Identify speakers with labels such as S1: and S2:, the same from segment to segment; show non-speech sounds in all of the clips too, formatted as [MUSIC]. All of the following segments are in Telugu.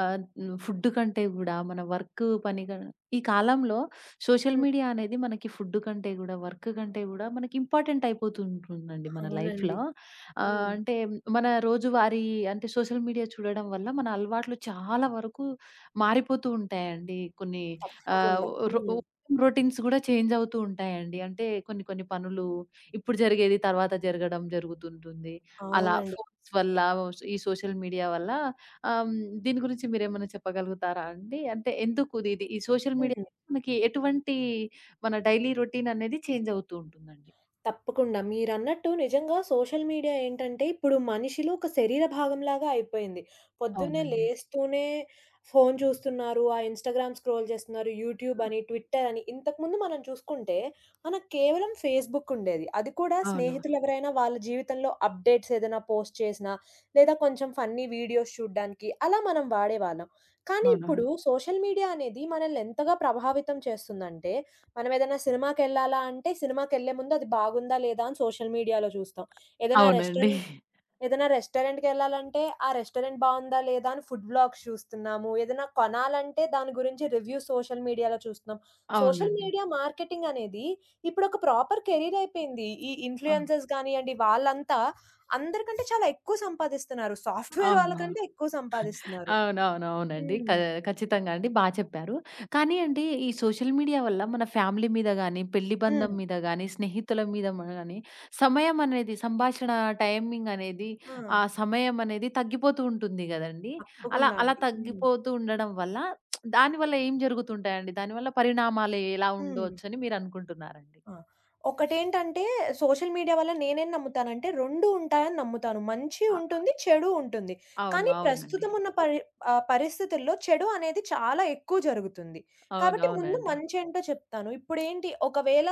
S1: ఆహ్, హ్మ్. ఫుడ్ కంటే గూడా మన వర్క్ పని గా ఈ కాలంలో సోషల్
S2: హ్మ్.
S1: మీడియా అనేది మనకి ఫుడ్ కంటే గూడా, వర్క్ కంటే గూడా మనకి ఇంపార్టెంట్ అయిపోతూ ఉంటుందండి మన
S2: అవునండి.
S1: లైఫ్‌లో.
S2: హ్మ్.
S1: అంటే మన రోజువారీ అంటే సోషల్ మీడియా చూడడం వల్ల మన అలవాట్లు చాలా వరకు మారిపోతూ ఉంటాయండి. కొన్ని ఆహ్,
S2: తప్పకుండా.
S1: రొ
S2: హ్మ్.
S1: రొటీన్స్ గూడా చేంజ్ అవుతూ ఉంటాయండి. అంటే కొన్ని కొన్ని పనులు ఇప్పుడు జరిగేది తర్వాత జరగడం జరుగుతుంటుంది. అలా
S2: అవునండి.
S1: ఫోన్స్ వల్ల, ఈ సోషల్ మీడియా వల్ల. ఆహ్, హ్మ్. దీని గురించి మీరేమన్నా చెప్పగలుగుతారా అండి? అంటే ఎందుకు ఇది ఇది- ఈ సోషల్ మీడియా
S2: హ్మ్.
S1: మనకి ఎటువంటి మన డైలీ రొటీన్ అనేది చేంజ్ అవుతూ ఉంటుందండి.
S2: తప్పకుండా. మీరన్నట్టు నిజంగా సోషల్ మీడియా ఏంటంటే, ఇప్పుడు మనిషిలో ఒక శరీర భాగంలాగా అయిపోయింది. పొద్దున్నే
S1: అవునండి.
S2: లేస్తూనే ఫోను చూస్తున్నారు. ఆ ఇన్‌స్టాగ్రామ్ స్క్రోల్ చేస్తున్నారు. యూట్యూబ్ అని, ట్విట్టర్ అని. ఇంతకుముందు మనం చూసుకుంటే, మనకు కేవలం ఫేస్‌బుక్ ఉండేది. అది కూడా
S1: అవును.
S2: స్నేహితులెవరైనా వాళ్ళ జీవితంలో అప్డేట్స్ ఏదైనా పోస్ట్ చేసినా, లేదా కొంచెం ఫన్నీ వీడియోస్ చూడ్డానికి అలా మనం వాడేవాళ్ళం. కానీ ఇప్పుడు
S1: అవునవును.
S2: సోషల్ మీడియా అనేది మనల్ని ఎంతగా ప్రభావితం చేస్తుందంటే, మనం ఏదైనా సినిమాకెళ్ళాలా అంటే సినిమాకెళ్ళే ముందు అది బాగుందా లేదా అని సోషల్ మీడియాలో చూస్తాం. ఏదైనా
S1: అవునండి.
S2: రెస్టారెంట్ ఏదైనా రెస్టారెంట్‌కెళ్ళాలంటే ఆ రెస్టారెంట్ బావుందా లేదా అని ఫుడ్ వ్లాగ్స్ చూస్తున్నాము. ఏదైనా కొనాలంటే దాని గురించి రివ్యూస్ సోషల్ మీడియాలో చూస్తున్నాం. సోషల్
S1: అవునండి.
S2: మీడియా మార్కెటింగ్ అనేది ఇప్పుడొక ప్రాపర్ కెరీర్ అయిపోయింది. ఈ
S1: ఆ!
S2: ఇన్‌ఫ్లుయెన్సర్స్ గానియండి వాళ్ళంతా అందరికంటే చాలా ఎక్కువ సంపాదిస్తున్నారు. సాఫ్ట్‌వేర్
S1: అవును.
S2: వాళ్ళకంటే ఎక్కువ సంపాదిస్తున్నారు.
S1: అవునవునవునండి.
S2: హ్మ్.
S1: ఖచ్చితంగా అండి. బా చెప్పారు. కానీ అండి ఈ సోషల్ మీడియా వల్ల మన ఫ్యామిలీ మీద గాని, పెళ్లి బంధం
S2: హ్మ్.
S1: మీద గాని, స్నేహితుల మీద గాని సమయం అనేది సంభాషణ టైమింగ్ అనేది,
S2: ఆ!
S1: ఆ సమయం అనేది తగ్గిపోతూ ఉంటుంది గదండీ! అలా
S2: తప్పకుండా
S1: అలా
S2: అండి. హ్మ్.
S1: తగ్గిపోతూ ఉండడం వల్ల దానివల్ల ఏం జరుగుతుంటాయండి? దానివల్ల పరిణామాలు ఎలా
S2: హ్మ్.
S1: ఉండొచ్చని మీరనుకుంటున్నారండి?
S2: ఆ! ఒకటేంటంటే సోషల్ మీడియా వల్ల నేనేం నమ్ముతానంటే 2 ఉంటాయని నమ్ముతాను. మంచి
S1: అ
S2: ఉంటుంది, చెడు ఉంటుంది.
S1: అవును.
S2: కానీ
S1: అవునండి.
S2: ప్రస్తుతం ఉన్న పరిస్థితుల్లో చెడు అనేది చాలా ఎక్కువ జరుగుతుంది. కాబట్టి ముందు
S1: అవునవునండి.
S2: మంచేంటో చెప్తాను. ఇప్పుడేంటి ఒకవేళ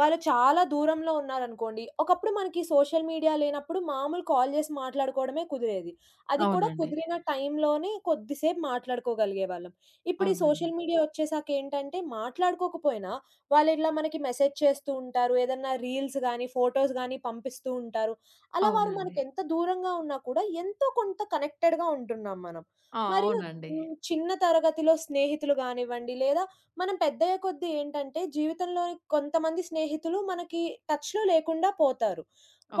S2: వాళ్ళు చాలా దూరంలో ఉన్నారనుకోండి, ఒకప్పుడు మనకి సోషల్ మీడియా లేనప్పుడు మామూలు కాల్ చేసి మాట్లాడుకోవడమే కుదిరేది. అది కూడా
S1: అవునండి.
S2: కుదిరిన టైంలోనే కొద్దిసేపు మాట్లాడుకోగలిగేవాళ్ళం. ఇప్పుడు ఈ
S1: అవునండి.
S2: సోషల్ మీడియా వచ్చేసాకేంటంటే మాట్లాడుకోకపోయినా వాళ్ళిట్లా మనకి మెసేజ్ చేస్తూ ఉంటారు. ఏదన్నా రీల్స్ గానీ, ఫోటోస్ గానీ పంపిస్తూ ఉంటారు. అలా
S1: అవునండి.
S2: వారు
S1: అవునండి.
S2: మనకెంత దూరంగా ఉన్నా కూడా ఎంతో కొంత కనెక్టెడ్‌గా ఉంటున్నాం మనం.
S1: ఆ!
S2: మరియు
S1: అవునండి.
S2: హ్మ్. చిన్న తరగతిలో స్నేహితులు గానివ్వండి, లేదా మనం పెద్దయ్యే కొద్దీ ఏంటంటే జీవితంలో కొంతమంది స్నేహితులు మనకి టచ్‌లో లేకుండా పోతారు.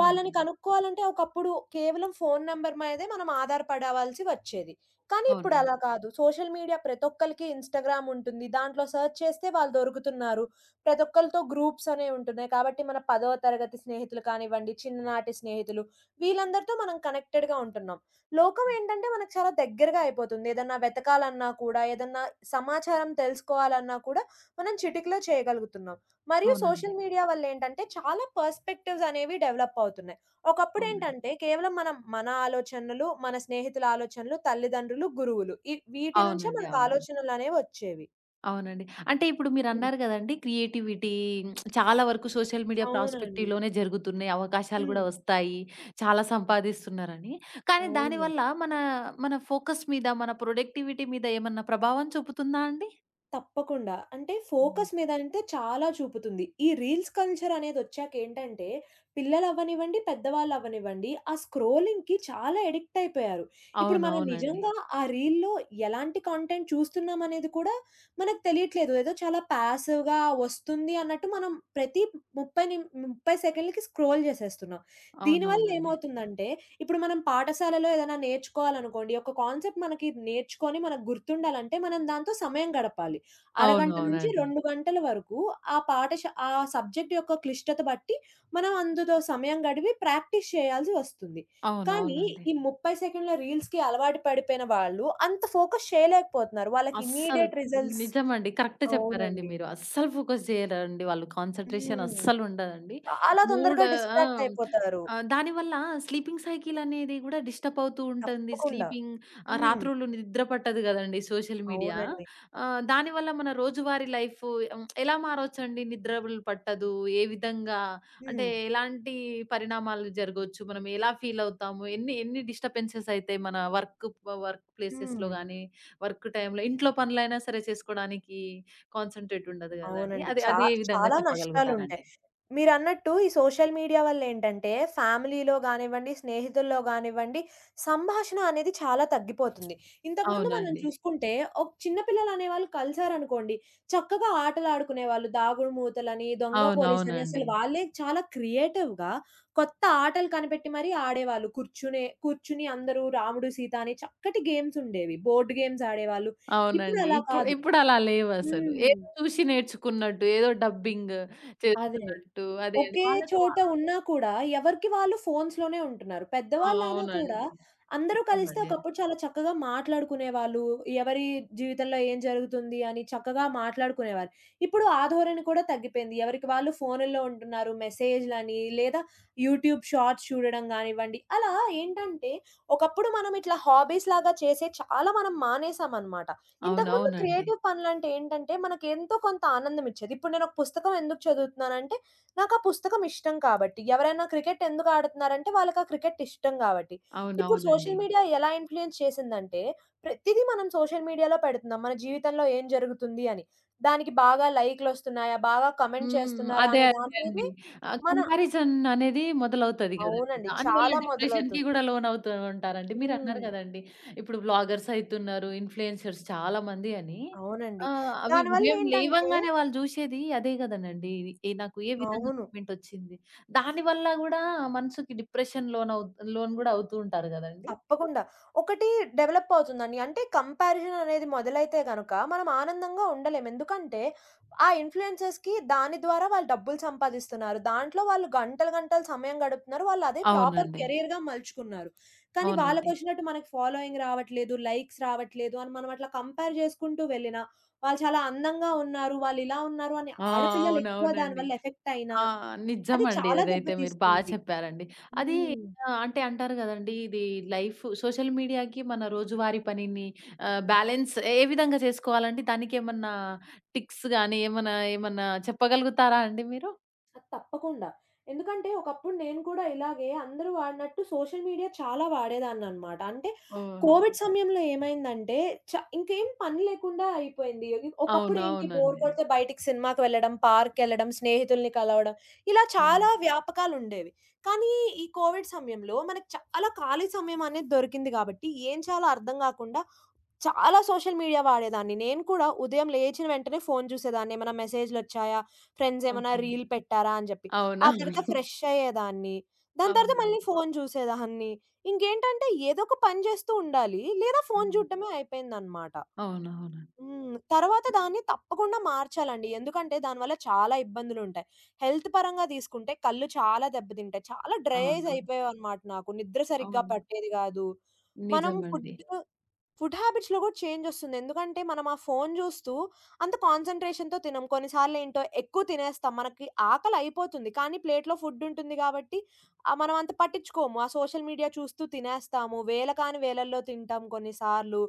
S2: వాళ్ళని కనుక్కోవాలంటే ఒకప్పుడు కేవలం ఫోను నంబర్ మీదే మనం ఆధారపడవలసి వచ్చేది. కానీ ఇప్పుడు
S1: అవునండి.
S2: అలా కాదు. సోషల్ మీడియా ప్రతి ఒక్కళ్ళకి ఇన్‌స్టాగ్రామ్ ఉంటుంది. దాంట్లో సెర్చ్ చేస్తే వాళ్ళు దొరుకుతున్నారు. ప్రతి ఒక్కళ్ళతో గ్రూప్స్ అనేవి ఉంటున్నాయి. కాబట్టి మన 10వ తరగతి స్నేహితులు కానివ్వండి, చిన్ననాటి స్నేహితులు వీళ్ళందరితో మనం కనెక్టెడ్‌గా ఉంటున్నాం. లోకం ఏంటంటే మనకు చాలా దగ్గరగా అయిపోతుంది. ఏదన్నా వెతకాలన్నా కూడా, ఏదన్నా సమాచారం తెలుసుకోవాలన్నా కూడా మనం చిటికలో చేయగలుగుతున్నాం. మరియు
S1: అవునండి.
S2: సోషల్ మీడియా వల్లేంటంటే చాలా పర్స్పెక్టివ్స్ అనేవి డెవలప్ అవుతున్నాయి.
S1: అవునండి.
S2: ఒకప్పుడేంటంటే కేవలం మనం మన ఆలోచనలు, మన స్నేహితుల ఆలోచనలు, తల్లిదండ్రులు, గురువులు. ఈ వీటి నుంచే
S1: అవునండి.
S2: మనకు
S1: అవునండి.
S2: ఆలోచనలనేవి వచ్చేవి.
S1: అవునండి. అంటే ఇప్పుడు
S2: హ్మ్.
S1: మీరన్నారు గదండీ! క్రియేటివిటీ చాలా వరకు సోషల్ మీడియా
S2: అవునండి.
S1: ప్రాస్పెక్టివ్‌లోనే జరుగుతున్నాయి. అవకాశాలు గూడా
S2: హ్మ్.
S1: వస్తాయి. చాలా సంపాదిస్తున్నారని. కానీ
S2: అవునండి.
S1: దానివల్ల మన, మన ఫోకస్ మీద, మన ప్రొడక్టివిటీ మీద ఏమన్నా ప్రభావం చూపుతుందా అండి?
S2: తప్పకుండా. అంటే
S1: హ్మ్.
S2: ఫోకస్ మీద అంటే చాలా చూపుతుంది. ఈ రీల్స్ కల్చర్ అనేదొచ్చాకేంటంటే పిల్లలవ్వనివ్వండి, పెద్దవాళ్ళవ్వనివ్వండి ఆ స్క్రోలింగ్‌కి చాలా అడిక్ట్ అయిపోయారు. ఇప్పుడు మనం
S1: అవునవునండి.
S2: నిజంగా ఆ రీల్‌లో ఎలాంటి కంటెంట్ చూస్తున్నామనేది కూడా మనకు తెలియట్లేదు. ఏదో చాలా పాసివ్‌గా వస్తుంది అన్నట్టు మనం ప్రతి 30 నిమ్ 30 సెకన్లకి స్క్రోల్ చేసేస్తున్నాం. దీనివల్ల
S1: అవునవునండి.
S2: ఏమవుతుందంటే ఇప్పుడు మనం పాఠశాలలో ఏదైనా నేర్చుకోవాలనుకోండి, ఒక కాన్సెప్ట్ మనకి నేర్చుకొని మనకు గుర్తుండాలంటే మనం దాంతో సమయం గడపాలి. అరగంట నుంచి
S1: అవునవునండి.
S2: 2 గంటల వరకు ఆ సబ్జెక్ట్ యొక్క క్లిష్టత బట్టి మనం అందులో సమయం గడిపి ప్రాక్టీస్ చేయాల్సి వస్తుంది. కానీ
S1: అవునవునండి.
S2: ఈ 30 సెకండ్ల రీల్స్‌కి అలవాటు పడిపోయిన వాళ్ళు అంత ఫోకస్ చేయలేకపోతున్నారు. వాళ్ళకి
S1: అస్సలు.
S2: ఇమ్మీడియేట్ రిజల్ట్స్
S1: నిజమండి. కరెక్ట్ చెప్పారండి
S2: అవునండి.
S1: మీరు. అస్సలు ఫోకస్ చేయరండి వాళ్ళు. కాన్సంట్రేషన్
S2: హ్మ్.
S1: అస్సలు ఉండదండి.
S2: చాలా
S1: మూడ్
S2: తొందరగా
S1: ఆ!
S2: డిస్ట్రాక్ట్ అయిపోతారు.
S1: దానివల్ల స్లీపింగ్ సైకిల్ అనేది గూడా డిస్టర్బ్ అవుతూ ఉంటుంది.
S2: తప్పకుండా. హ్మ్.
S1: రాత్రుళ్ళు నిద్ర పట్టదు గదండీ సోషల్ మీడియా.
S2: అవునండి.
S1: దానివల్ల మన రోజువారీ లైఫ్ హ్మ్, ఎలా మారొచ్చండి? నిద్రలు పట్టదు. ఏ విధంగా
S2: హ్మ్.
S1: అంటే ఎలాంటి పరిణామాలు జరగొచ్చు? మనం ఎలా ఫీల్ అవుతాము? ఎన్ని ఎన్ని డిస్టర్బెన్సెస్ అయితాయి మన వర్క్ వర్క్ ప్లేసెస్‌లో
S2: హ్మ్.
S1: గాని వర్క్ టైమ్‌లో ఇంట్లో పనులైనా సరే చేసుకోడానికి కాన్సంట్రేట్ ఉండదు గదండీ!
S2: అవునండి.
S1: అది
S2: చా
S1: అది ఏ విధంగా
S2: చాలా నష్టాలుంటాయి.
S1: చెప్పగలుగుతారండి?
S2: మీరన్నట్టు ఈ సోషల్ మీడియా వల్లేంటంటే, ఫ్యామిలీలో గానివ్వండి, స్నేహితుల్లో గానివ్వండి, సంభాషణ అనేది చాలా తగ్గిపోతుంది. ఇంతకుముందు మనం
S1: అవునండి.
S2: చూసుకుంటే, ఒక చిన్న పిల్లలనేవాళ్ళు కలిసారనుకోండి, చక్కగా ఆటలాడుకునేవాళ్ళు. దాగుడు మూతలని, దొంగ
S1: అవునవునండి.
S2: పోలీసని అసలు
S1: అవునండి.
S2: వాళ్ళే చాలా క్రియేటివ్‌గా కొత్త ఆటలు కనిపెట్టి మరీ ఆడేవాళ్ళు. కూర్చునే కూర్చుని అందరూ రాముడు, సీత అని చక్కటి గేమ్సుండేవి. బోర్డ్ గేమ్స్ ఆడేవాళ్ళు.
S1: అవునండి.
S2: ఇప్పుడలా
S1: ఇప్పుడు
S2: కాదు.
S1: లేవసలు.
S2: హ్మ్.
S1: ఏదో చూసి నేర్చుకున్నట్టు, ఏదో డబ్బింగ్
S2: అదే.
S1: చేస్తున్నట్టు అదే అండి.
S2: ఒకే
S1: వాళ్ళతో
S2: చోట ఉన్నా కూడా ఎవరికి వాళ్ళు ఫోన్స్‌లోనే ఉంటున్నారు.
S1: ఆ!
S2: పెద్దవాళ్ళైనా కూడా
S1: అవునండి.
S2: అందరూ కలిస్తే
S1: నిజమండి.
S2: ఒకప్పుడు చాలా చక్కగా మాట్లాడుకునేవాళ్ళు. ఎవరి జీవితంలో ఏం జరుగుతుంది అని చక్కగా మాట్లాడుకునేవారు. ఇప్పుడు ఆ ధోరణి కూడా తగ్గిపోయింది. ఎవరికి వాళ్ళు ఫోనుల్లో ఉంటున్నారు. మెసేజ్‌లని లేదా యూట్యూబ్ షార్ట్స్ చూడడం గానివ్వండి. అలా ఏంటంటే ఒకప్పుడు మనం ఇట్లా హాబీస్‌లాగా చేసే చాలా మనం మానేసామనమాట. ఇంతకుముందు
S1: అవునవునండి.
S2: క్రియేటివ్ పనులంటే ఏంటంటే మనకి ఎంతో కొంత ఆనందం ఇచ్చేది. ఇప్పుడు నేను ఒక పుస్తకం ఎందుకు చదువుతున్నానంటే నాకా పుస్తకం ఇష్టం కాబట్టి. ఎవరైనా క్రికెట్ ఎందుకు ఆడుతున్నారంటే వాళ్ళకా క్రికెట్ ఇష్టం గాబట్టి. ఇప్పుడు
S1: అవునవునండి.
S2: సోషల్ మీడియా ఎలా ఇన్‌ఫ్లూయెన్స్ చేసిందంటే, ప్రతిదీ మనం సోషల్ మీడియాలో పెడుతున్నాం. మన జీవితంలో ఏం జరుగుతుంది అని. దానికి బాగా లైకులొస్తున్నాయా? బాగా కమెంట్
S1: హ్మ్.
S2: చేస్తున్నారా?
S1: అదే.
S2: అనే దాని
S1: అదే అండి.
S2: మీదే
S1: ఆ
S2: మన
S1: కంపారిజన్ అనేది మొదలవుతది గదండీ.
S2: అవునండి.
S1: దానివల్ల
S2: చాలా
S1: డిప్రెషన్‌కి
S2: మొదలవుతుంది.
S1: గూడా లోనవుతూ ఉంటారండి.
S2: హ్మ్.
S1: మీరన్నారు గదండీ. ఇప్పుడు వ్లాగర్స్ అయితున్నారు, ఇన్‌ఫ్లుయెన్సర్స్ చాలా మంది అని.
S2: అవునండి.
S1: ఆ! అవి ఉదయం
S2: దానివల్లేంటంటే
S1: లేవంగానే వాళ్ళు జూశేది అదే గదనండి. నాకు ఏ విధంగా
S2: అవును.
S1: కామెంటొచ్చింది. దానివల్ల గూడా మనసుకి డిప్రెషన్ లోనవు లోను గూడా అవుతూ ఉంటారు గదండీ.
S2: తప్పకుండా. ఒకటి డెవలప్ అవుతుందండి. అంటే కంపారిజన్ అనేది మొదలైతే గనక మనం ఆనందంగా ఉండలేం. ఎందుకంటే ఆ ఇన్‌ఫ్లుయెన్సర్స్‌కి దాని ద్వారా వాళ్ళు డబ్బులు సంపాదిస్తున్నారు. దాంట్లో వాళ్ళు గంటలు, గంటలు సమయం గడుపుతున్నారు. వాళ్ళు అదే ప్రాపర్
S1: అవునండి.
S2: కెరియర్‌గా మలుచుకున్నారు. కానీ
S1: అవునండి.
S2: వాళ్ళకొచ్చినట్టు మనకు ఫాలోయింగ్ రావట్లేదు, లైక్స్ రావట్లేదు అని మనం అట్లా కంపేర్ చేసుకుంటూ వెళ్ళినా, వాళ్ళు చాలా అందంగా ఉన్నారు, వాళ్ళు ఇలా ఉన్నారు అని
S1: ఆ!
S2: ఆడపిల్లలు ఎక్కువ
S1: అవునవునండి.
S2: దానివల్ల ఎఫెక్ట్ అయినా
S1: ఆ!
S2: అది
S1: నిజమండి.
S2: చాలా
S1: అదైతే మీరు బా
S2: దెబ్బతీస్తుంది.
S1: చెప్పారండి. అది
S2: హ్మ్.
S1: అంటే అంటారు గదండీ! ఇది లైఫ్ సోషల్ మీడియాకి మన రోజువారీ పనిని బ్యాలెన్స్ ఏ విధంగా చేసుకోవాలండి? దానికేమన్నా టిక్స్ గాని, ఏమన్నా ఏమన్నా చెప్పగలుగుతారా అండి మీరు?
S2: ఆ! తప్పకుండా. ఎందుకంటే ఒకప్పుడు నేను కూడా ఇలాగే అందరూ వాడినట్టు సోషల్ మీడియా చాలా వాడేదాన్ననమాట. అంటే
S1: ఓహ్!
S2: కోవిడ్ సమయంలో ఏమైందంటే చ ఇంకేం పని లేకుండా అయిపోయింది. ఒకప్పుడు
S1: అవును.
S2: ఏంటి బోర్
S1: అవునండి.
S2: కొడితే బయటికి సినిమాకి వెళ్ళడం, పార్క్‌కెళ్ళడం, స్నేహితుల్ని కలవడం ఇలా చాలా
S1: అవునండి.
S2: వ్యాపకాలుండేవి. కానీ ఈ కోవిడ్ సమయంలో మనకు చాలా ఖాళీ సమయం అనేది దొరికింది కాబట్టి ఏం చేయాలో అర్థం గాకుండా చాలా సోషల్ మీడియా వాడేదాన్ని. నేను కూడా ఉదయం లేచిన వెంటనే ఫోను చూసేదాన్ని. ఏమైనా మెసేజ్‌లొచ్చాయా? ఫ్రెండ్స్ ఏమైనా
S1: ఓకే.
S2: రీల్ పెట్టారా? అని జెప్పి. ఆ తర్వాత
S1: అవునవును.
S2: ఫ్రెష్ అయ్యేదాన్ని. దాని తర్వాత మళ్ళీ
S1: అవునండి.
S2: ఫోను చూసేదాన్ని. ఇంకేంటంటే ఏదో ఒక పని జేస్తూ ఉండాలి. లేదా ఫోను
S1: హ్మ్.
S2: చూడడమే అయిపోయిందనమాట.
S1: అవునవునండి.
S2: హ్మ్. తర్వాత దాన్ని తప్పకుండా మార్చాలండి. ఎందుకంటే దానివల్ల చాలా ఇబ్బందులుంటాయి. హెల్త్ పరంగా తీసుకుంటే కళ్ళు చాలా దెబ్బతింటాయి. చాలా డ్రైజ్
S1: అవునా?
S2: అయిపోయేవనమాట నాకు. నిద్ర సరిగ్గా
S1: అవును.
S2: పట్టేది గాదు. మనం
S1: నిజమండి.
S2: ఫుడ్ హ్యాబిట్స్‌లో గూడా చేంజొస్తుంది. ఎందుకంటే, మనం ఆ ఫోను జూస్తూ అంత కాన్సంట్రేషన్‌తో తినం. కొన్నిసార్లేంటో ఎక్కువ తినేస్తాం. మనకి ఆకలయిపోతుంది. కానీ ప్లేట్‌లో ఫుడ్డుంటుంది గాబట్టి, మనం అంత పట్టించుకోము. ఆ సోషల్ మీడియా చూస్తూ తినేస్తాము. వేళ కాని వేళల్లో తింటాం కొన్నిసార్లు.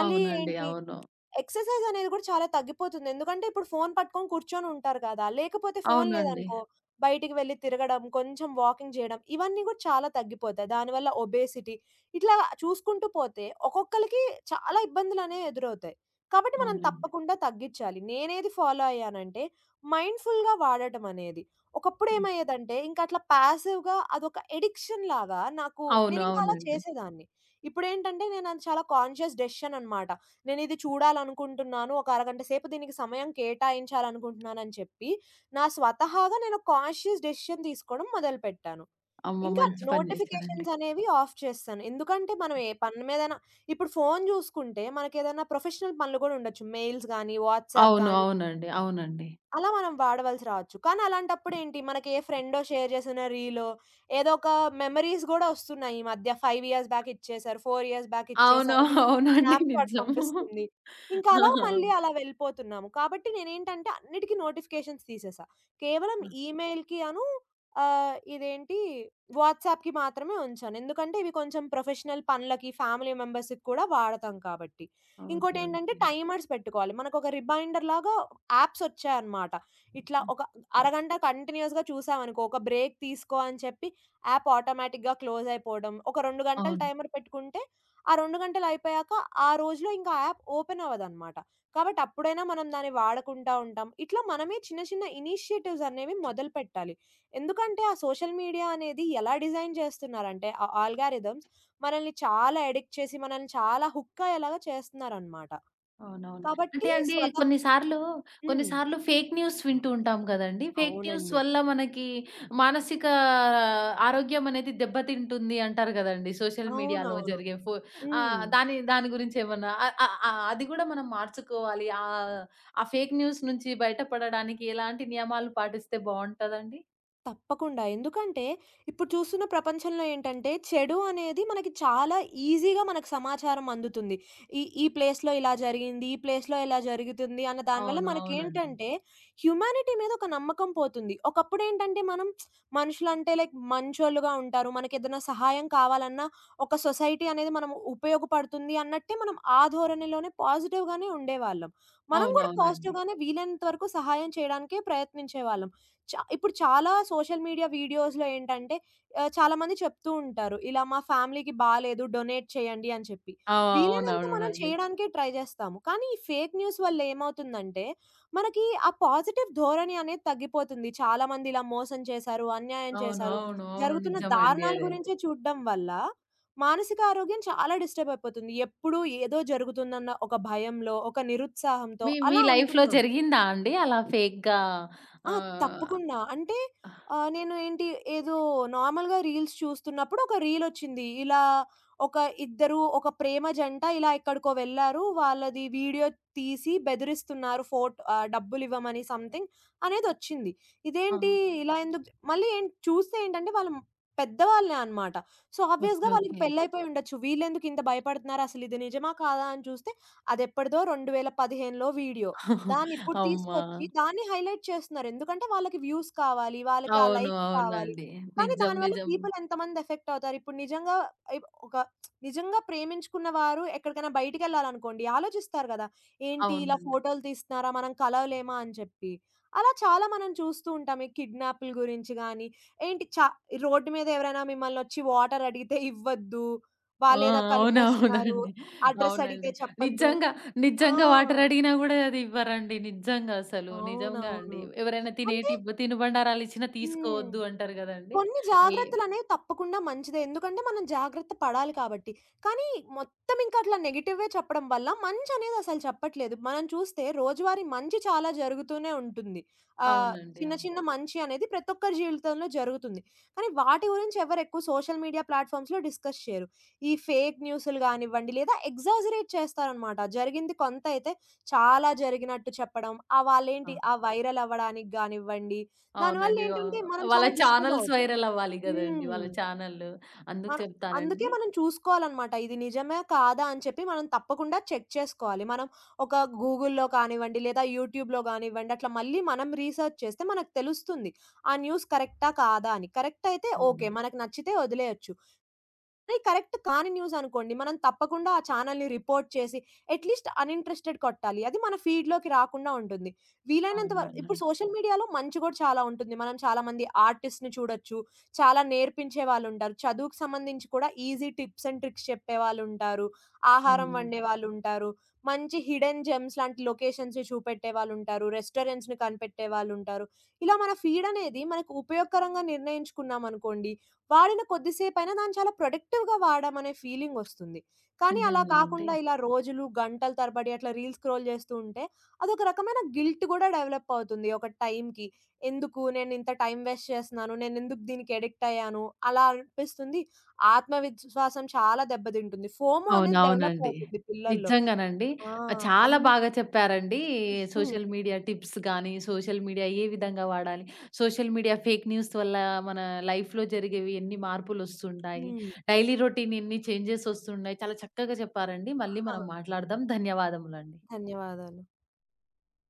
S2: మళ్ళీ
S1: అవునండి.
S2: ఏంటి
S1: అవును.
S2: ఎక్సర్సైజ్ అనేది కూడా చాలా తగ్గిపోతుంది. ఎందుకంటే ఇప్పుడు ఫోను పట్టుకొని కూర్చొని ఉంటారు కదా! లేకపోతే ఫోను
S1: అవునండి.
S2: లేదనుకో, బయటికి వెళ్లి తిరగడం, కొంచెం వాకింగ్ చేయడం, ఇవన్నీ కూడా చాలా తగ్గిపోతాయి. దానివల్ల ఒబేసిటీ ఇట్లా చూసుకుంటూ పోతే ఒక్కొక్కళ్ళకి చాలా ఇబ్బందులనేవి ఎదురవుతాయి. కాబట్టి మనం
S1: అవునండి.
S2: తప్పకుండా తగ్గిచ్చాలి. నేనేది ఫాలో అయ్యానంటే మైండ్‌ఫుల్‌గా వాడటం అనేది. ఒకప్పుడు
S1: హ్మ్.
S2: ఏమయ్యేదంటే ఇంక అట్లా పాసివ్‌గా అదొక అడిక్షన్ లాగా నాకు
S1: అవును.
S2: నేనింకా అలా
S1: అవునండి.
S2: చేసేదాన్ని. ఇప్పుడేంటంటే నేను అది చాలా కాన్షియస్ డెసిషన్ అనమాట. నేనిది చూడాలనుకుంటున్నాను. ఒక అరగంట సేపు దీనికి సమయం కేటాయించాలనుకుంటున్నానని చెప్పి, నా స్వతహాగా నేను కాన్షియస్ డెసిషన్ తీసుకోవడం మొదలుపెట్టాను.
S1: అమ్మ!
S2: ఇంకా
S1: మంచి పని జేశారండి.
S2: నోటిఫికేషన్స్ అనేవి ఆఫ్ చేస్తాను. ఎందుకంటే మనం ఏ పని మీదైనా ఇప్పుడు ఫోను జూసుకుంటే మనకేదైనా ప్రొఫెషనల్ పనులు గూడా ఉండొచ్చు. మెయిల్స్ గాని, వాట్సాప్
S1: అవును.
S2: గాని
S1: అవునండి. అవునండి.
S2: అలా మనం వాడవలసి రావచ్చు. కానీ అలాంటప్పుడేంటి మనకి ఏ ఫ్రెండో షేర్ చేసిన రీలో, ఏదో ఒక మెమరీస్ గూడా ఒస్తున్నాయి. ఈ మధ్య 5 ఇయర్స్ బ్యాక్ ఇచ్చేసారు, 4 ఇయర్స్ బ్యాక్
S1: అవును.
S2: ఇచ్చేసారని
S1: [LAUGHS] అవునండి.
S2: స్నాప్‌చాట్
S1: నిజం.
S2: పంపిస్తుంది. ఇంకా అలా మళ్ళీ
S1: ఆ!
S2: అలా వెళ్ళిపోతున్నాము. కాబట్టి నేనేంటంటే అన్నిటికి నోటిఫికేషన్స్ తీసేసా. కేవలం ఈమెయిల్‌కి అను ఆహ్, ఇదేంటి వాట్సాప్‌కి మాత్రమే ఉంచాను. ఎందుకంటే ఇవి కొంచెం ప్రొఫెషనల్ పనులకి, ఫ్యామిలీ మెంబర్స్‌కి కూడా వాడతాం కాబట్టి.
S1: ఓకే.
S2: ఇంకోటేంటంటే
S1: ఓకే.
S2: టైమర్స్ పెట్టుకోవాలి. మనకొక రిమైండర్‌లాగా యాప్స్ ఒచ్చాయన్నమాట. ఇట్లా
S1: ఆ!
S2: ఒక అరగంట కంటిన్యూయస్‌గా చూసామనుకో, ఒక బ్రేక్ తీసుకో అని చెప్పి యాప్ ఆటోమేటిక్‌గా క్లోజ్ అయిపోవడం. ఒక 2 గంటలు
S1: అవును.
S2: టైమర్ పెట్టుకుంటే, ఆ 2 గంటలు అయిపోయాక ఆ రోజులో ఇంకా యాప్ ఓపెన్ అవ్వదన్నమాట. కాబట్టి అప్పుడైనా మనం దాన్ని వాడకుండా ఉంటాం. ఇట్లా మనమే చిన్న చిన్న ఇనిషియేటివ్స్ అనేవి మొదలుపెట్టాలి. ఎందుకంటే ఆ సోషల్ మీడియా అనేది ఎలా డిజైన్ చేస్తున్నారంటే ఆ ఆల్గారిథమ్స్ మనల్ని చాలా ఎడిక్ట్ చేసి, మనల్ని చాలా హుక్ అయ్యేలాగా చేస్తున్నారనమాట.
S1: అవునవును. అంటే
S2: కాబట్టి
S1: అండి
S2: స్వతహా
S1: కొన్నిసార్లు,
S2: హ్మ్.
S1: కొన్నిసార్లు ఫేక్ న్యూస్ వింటూ ఉంటాం గదండీ. ఫేక్ న్యూస్
S2: అవునండి.
S1: వల్ల మనకి మానసిక ఆరోగ్యం అనేది దెబ్బతింటుంది అంటారు గదండీ. సోషల్ మీడియాలో
S2: అవునవును.
S1: జరిగే ఫో
S2: హ్మ్.
S1: ఆహ్, దాని దాని గురించి ఏమన్నా అ అ అ అది గూడా మనం మార్చుకోవాలి. ఆ ఫేక్ న్యూస్ నుంచి బయటపడడానికి ఎలాంటి నియమాలు పాటిస్తే బావుంటదండి?
S2: తప్పకుండా. ఎందుకంటే, ఇప్పుడు చూస్తున్న ప్రపంచంలో ఏంటంటే, చెడు అనేది మనకి చాలా ఈజీగా మనకు సమాచారం అందుతుంది. ఈ ఈ ప్లేస్‌లో ఇలా జరిగింది, ఈ ప్లేస్‌లో ఇలా జరుగుతుంది అన్న దానివల్ల
S1: అవును. అవునండి.
S2: మనకేంటంటే, హ్యుమానిటీ మీద ఒక నమ్మకం పోతుంది. ఒకప్పుడేంటంటే, మనం మనుషులంటే లైక్ మంచోళ్ళుగా ఉంటారు. మనకేదైనా సహాయం కావాలన్నా, ఒక సొసైటీ అనేది మనం ఉపయోగపడుతుంది అన్నట్టే మనం ఆ ధోరణిలోనే పాజిటివ్‌గానే ఉండేవాళ్ళం. మనం గూడా
S1: అవునవునండి.
S2: పాజిటివ్‌గానే వీలైనంత వరకు సహాయం చేయడానికే ప్రయత్నించేవాళ్ళం. ఇప్పుడు చాలా సోషల్ మీడియా వీడియోస్‌లో ఏంటంటే చాలామంది చెప్తూ ఉంటారు. ఇలా మా ఫ్యామిలీకి బాలేదు డొనేట్ చేయండి అని చెప్పి.
S1: ఆ!
S2: వీలైనంత మనం
S1: అవునవునండి.
S2: చేయడానికే ట్రై జేస్తాము. కానీ ఈ ఫేక్ న్యూస్ వల్ల ఏమవుతుందంటే, మనకి ఆ పాజిటివ్ ధోరణి అనేది తగ్గిపోతుంది. చాలామంది ఇలా మోసం చేశారు, అన్యాయం
S1: అవును.
S2: చేశారు,
S1: అవును. అవును.
S2: జరుగుతున్న
S1: నిజమండి
S2: దారుణాల
S1: అదైతే.
S2: గురించే చూడ్డం వల్ల మానసిక ఆరోగ్యం చాలా డిస్టర్బ్ అయిపోతుంది. ఎప్పుడూ ఏదో జరుగుతుందన్న ఒక భయంలో, ఒక నిరుత్సాహంతో
S1: మీ మీ
S2: అలా
S1: లైఫ్‌లో
S2: ఉంటున్నాం.
S1: జరిగిందా అండి?
S2: ఆ!
S1: ఆహ్,
S2: తప్పకుండా. అంటే నేను ఏంటి ఏదో నార్మల్‌గా రీల్స్ చూస్తున్నప్పుడు ఒక రీలొచ్చింది. ఇలా ఒక ఇద్దరు ఒక ప్రేమ జంట ఇలా ఎక్కడికో వెళ్లారు. వాళ్ళది వీడియో తీసి బెదిరిస్తున్నారు డబ్బులివ్వమని సంథింగ్ అనేదొచ్చింది.
S1: ఆ!
S2: ఇదేంటి ఇలా ఎందుకు మళ్ళీ ఏం చూస్తే ఏంటంటే వాళ్ళు పెద్దవాళ్ళే అన్నమాట. So,
S1: okay.
S2: ఆబ్వియస్‌గా వాళ్ళకి
S1: ఓకే.
S2: పెళ్లయిపోయి ఉండొచ్చు. వీళ్ళెందుకు ఇంత భయపడుతున్నారు అసలు ఇది నిజమా కాదా అని చూస్తే అదెప్పటిదో 2015లో వీడియో. దాన్నిప్పుడు
S1: అమ్మ!
S2: తీసుకొచ్చి దాన్ని హైలైట్ చేస్తున్నారు. ఎందుకంటే వాళ్ళకి వ్యూస్ కావాలి. వాళ్ళకి ఆ
S1: అవును.
S2: లైక్స్ కావాలి.
S1: అవునండి.
S2: కానీ
S1: నిజం.
S2: దానివల్ల
S1: నిజం.
S2: పీపుల్ ఎంతమంది ఎఫెక్ట్ అవుతారు. ఇప్పుడు నిజంగా ఇప్ ఒక నిజంగా ప్రేమించుకున్న వారు ఎక్కడికైనా బయటికెళ్ళాలనుకోండి ఆలోచిస్తారు గదా! ఏంటి ఇలా
S1: అవునండి.
S2: ఫోటోలు తీస్తున్నారా? మనం కలవలేమా అని చెప్పి. అలా చాలా మనం చూస్తూ ఉంటాం. ఈ కిడ్నాప్‌ల గురించి గానీ, ఏంటి చ రోడ్డు మీద ఎవరైనా మిమ్మల్నొచ్చి వాటర్ అడిగితే ఇవ్వద్దు.
S1: ఆ!
S2: వాళ్ళేదో కలిపేస్తున్నారు.
S1: అవునవునండి.
S2: అడ్రెస్ అడిగితే
S1: అవునండి.
S2: చెప్పొద్దు.
S1: నిజంగా,
S2: ఆ!
S1: నిజంగా వాటర్ అడిగినా గూడా అది ఇవ్వరండి. నిజంగా అసలు. నిజంగా
S2: అవునవును.
S1: అండి. ఎవరైనా
S2: అంటే
S1: తినేటి తినుబండారాలిచ్చినా
S2: హ్మ్.
S1: తీసుకోవద్దు అంటారు గదండీ!
S2: కొన్ని
S1: ఏ
S2: జాగ్రత్తలనేవి తప్పకుండా మంచిదే. ఎందుకంటే మనం జాగ్రత్త పడాలి కాబట్టి. కానీ మొత్తం ఇంక అట్లా నెగెటివే చెప్పడం వల్ల మంచనేది అసలు చెప్పట్లేదు. మనం చూస్తే రోజువారీ మంచి చాలా జరుగుతూనే ఉంటుంది.
S1: అవునండి.
S2: చిన్న
S1: అవును.
S2: చిన్న మంచి అనేది ప్రతి ఒక్కరి జీవితంలో జరుగుతుంది. కానీ వాటి గురించి ఎవరెక్కువ సోషల్ మీడియా ప్లాట్‌ఫామ్స్‌లో డిస్కస్ చేయరు. ఈ ఫేక్ న్యూసులు గానివ్వండి లేదా ఎగ్జాజరేట్ చేస్తారనమాట. జరిగింది కొంత అయితే చాలా జరిగినట్టు చెప్పడం. ఆ
S1: ఆ!
S2: వాళ్ళేంటి ఆ వైరల్ అవ్వడానికి గానివ్వండి దానివల్ల
S1: అవునండి.
S2: ఏంటంటే మనం
S1: వాళ్ళ
S2: చాలా డిస్టర్బ్
S1: ఛానెల్స్
S2: అవుతాం.
S1: వైరల్ అవ్వాలి గదండీ!
S2: హ్మ్.
S1: వాళ్ళ ఛానెల్లు. అందుకు
S2: మన అందుకే
S1: చెప్తానండి.
S2: మనం చూసుకోవాలనమాట. ఇది నిజమే కాదా అని చెప్పి మనం తప్పకుండా చెక్ చేసుకోవాలి. మనం ఒక గూగుల్‌లో కానివ్వండి, లేదా యూట్యూబ్‌లో గానివ్వండి, అట్లా మళ్ళీ మనం రీసెర్చ్ చేస్తే మనకు తెలుస్తుంది. ఆ న్యూస్ కరెక్టా? కాదా? అని. కరెక్ట్ అయితే
S1: అవును.
S2: ఓకే. మనకు నచ్చితే వదిలేయొచ్చు. అది కరెక్ట్ కాని న్యూస్ అనుకోండి. మనం తప్పకుండా ఆ ఛానల్‌ని రిపోర్ట్ చేసి అట్‌లీస్ట్ అన్‌ఇంట్రెస్టెడ్ కొట్టాలి. అది మన ఫీడ్‌లోకి రాకుండా ఉంటుంది. వీలైనంత వర ఇప్పుడు
S1: అవునవునండి.
S2: సోషల్ మీడియాలో మంచి కూడా చాలా ఉంటుంది. మనం చాలామంది ఆర్టిస్ట్‌ని చూడొచ్చు. చాలా నేర్పించే వాళ్ళుంటారు. చదువుకు సంబంధించి కూడా ఈజీ టిప్స్ అండ్ ట్రిక్స్ చెప్పేవాళ్ళుంటారు. ఆహారం
S1: హ్మ్.
S2: వండేవాళ్ళుంటారు. మంచి హిడెన్ జెమ్స్ లాంటి లొకేషన్స్‌ని చూపెట్టేవాళ్ళుంటారు. రెస్టారెంట్స్‌ని కనిపెట్టేవాళ్ళుంటారు. ఇలా మన ఫీడ్ అనేది మనకు ఉపయోగకరంగా నిర్ణయించుకున్నామనుకోండి వాడిన కొద్దిసేపైనా దాన్ని చాలా ప్రొడక్టివ్‌గా వాడామనే ఫీలింగొస్తుంది. కానీ అలా
S1: నిజంగానండి.
S2: కాకుండా ఇలా రోజులు, గంటల తరబడి అట్లా రీల్స్ స్క్రోల్ చేస్తూ ఉంటే అదొక రకమైన గిల్ట్ గూడా డెవలప్ అవుతుంది ఒక టైంకి. ఎందుకు నేనింత టైం వేస్ట్ చేస్తున్నాను, నేనెందుకు దీనికి అడిక్ట్ అయ్యాను అలా అనిపిస్తుంది. ఆత్మవిశ్వాసం చాలా దెబ్బతింటుంది. ఫోమో అనేది డెవలప్
S1: అవునవునండి.
S2: అవుతుంది పిల్లల్లో.
S1: నిజంగానండి.
S2: ఆ!
S1: చాలా
S2: అన్
S1: బాగా చెప్పారండి.
S2: హ్మ్. హ్మ్.
S1: సోషల్ మీడియా టిప్స్ గానీ, సోషల్ మీడియా ఏ విధంగా వాడాలి, సోషల్ మీడియా ఫేక్ న్యూస్ వల్ల మన లైఫ్‌లో జరిగేవి ఎన్ని మార్పులొస్తుంటాయి,
S2: [LAUGHS]
S1: డైలీ రొటీన్ ఎన్ని చేంజెస్ ఒస్తున్నాయి. చాలా చక్కగా చెప్పారండి. మళ్ళీ
S2: ఆ!
S1: మనం మాట్లాడదాం. ధన్యవాదములండి.
S2: ధన్యవాదాలు.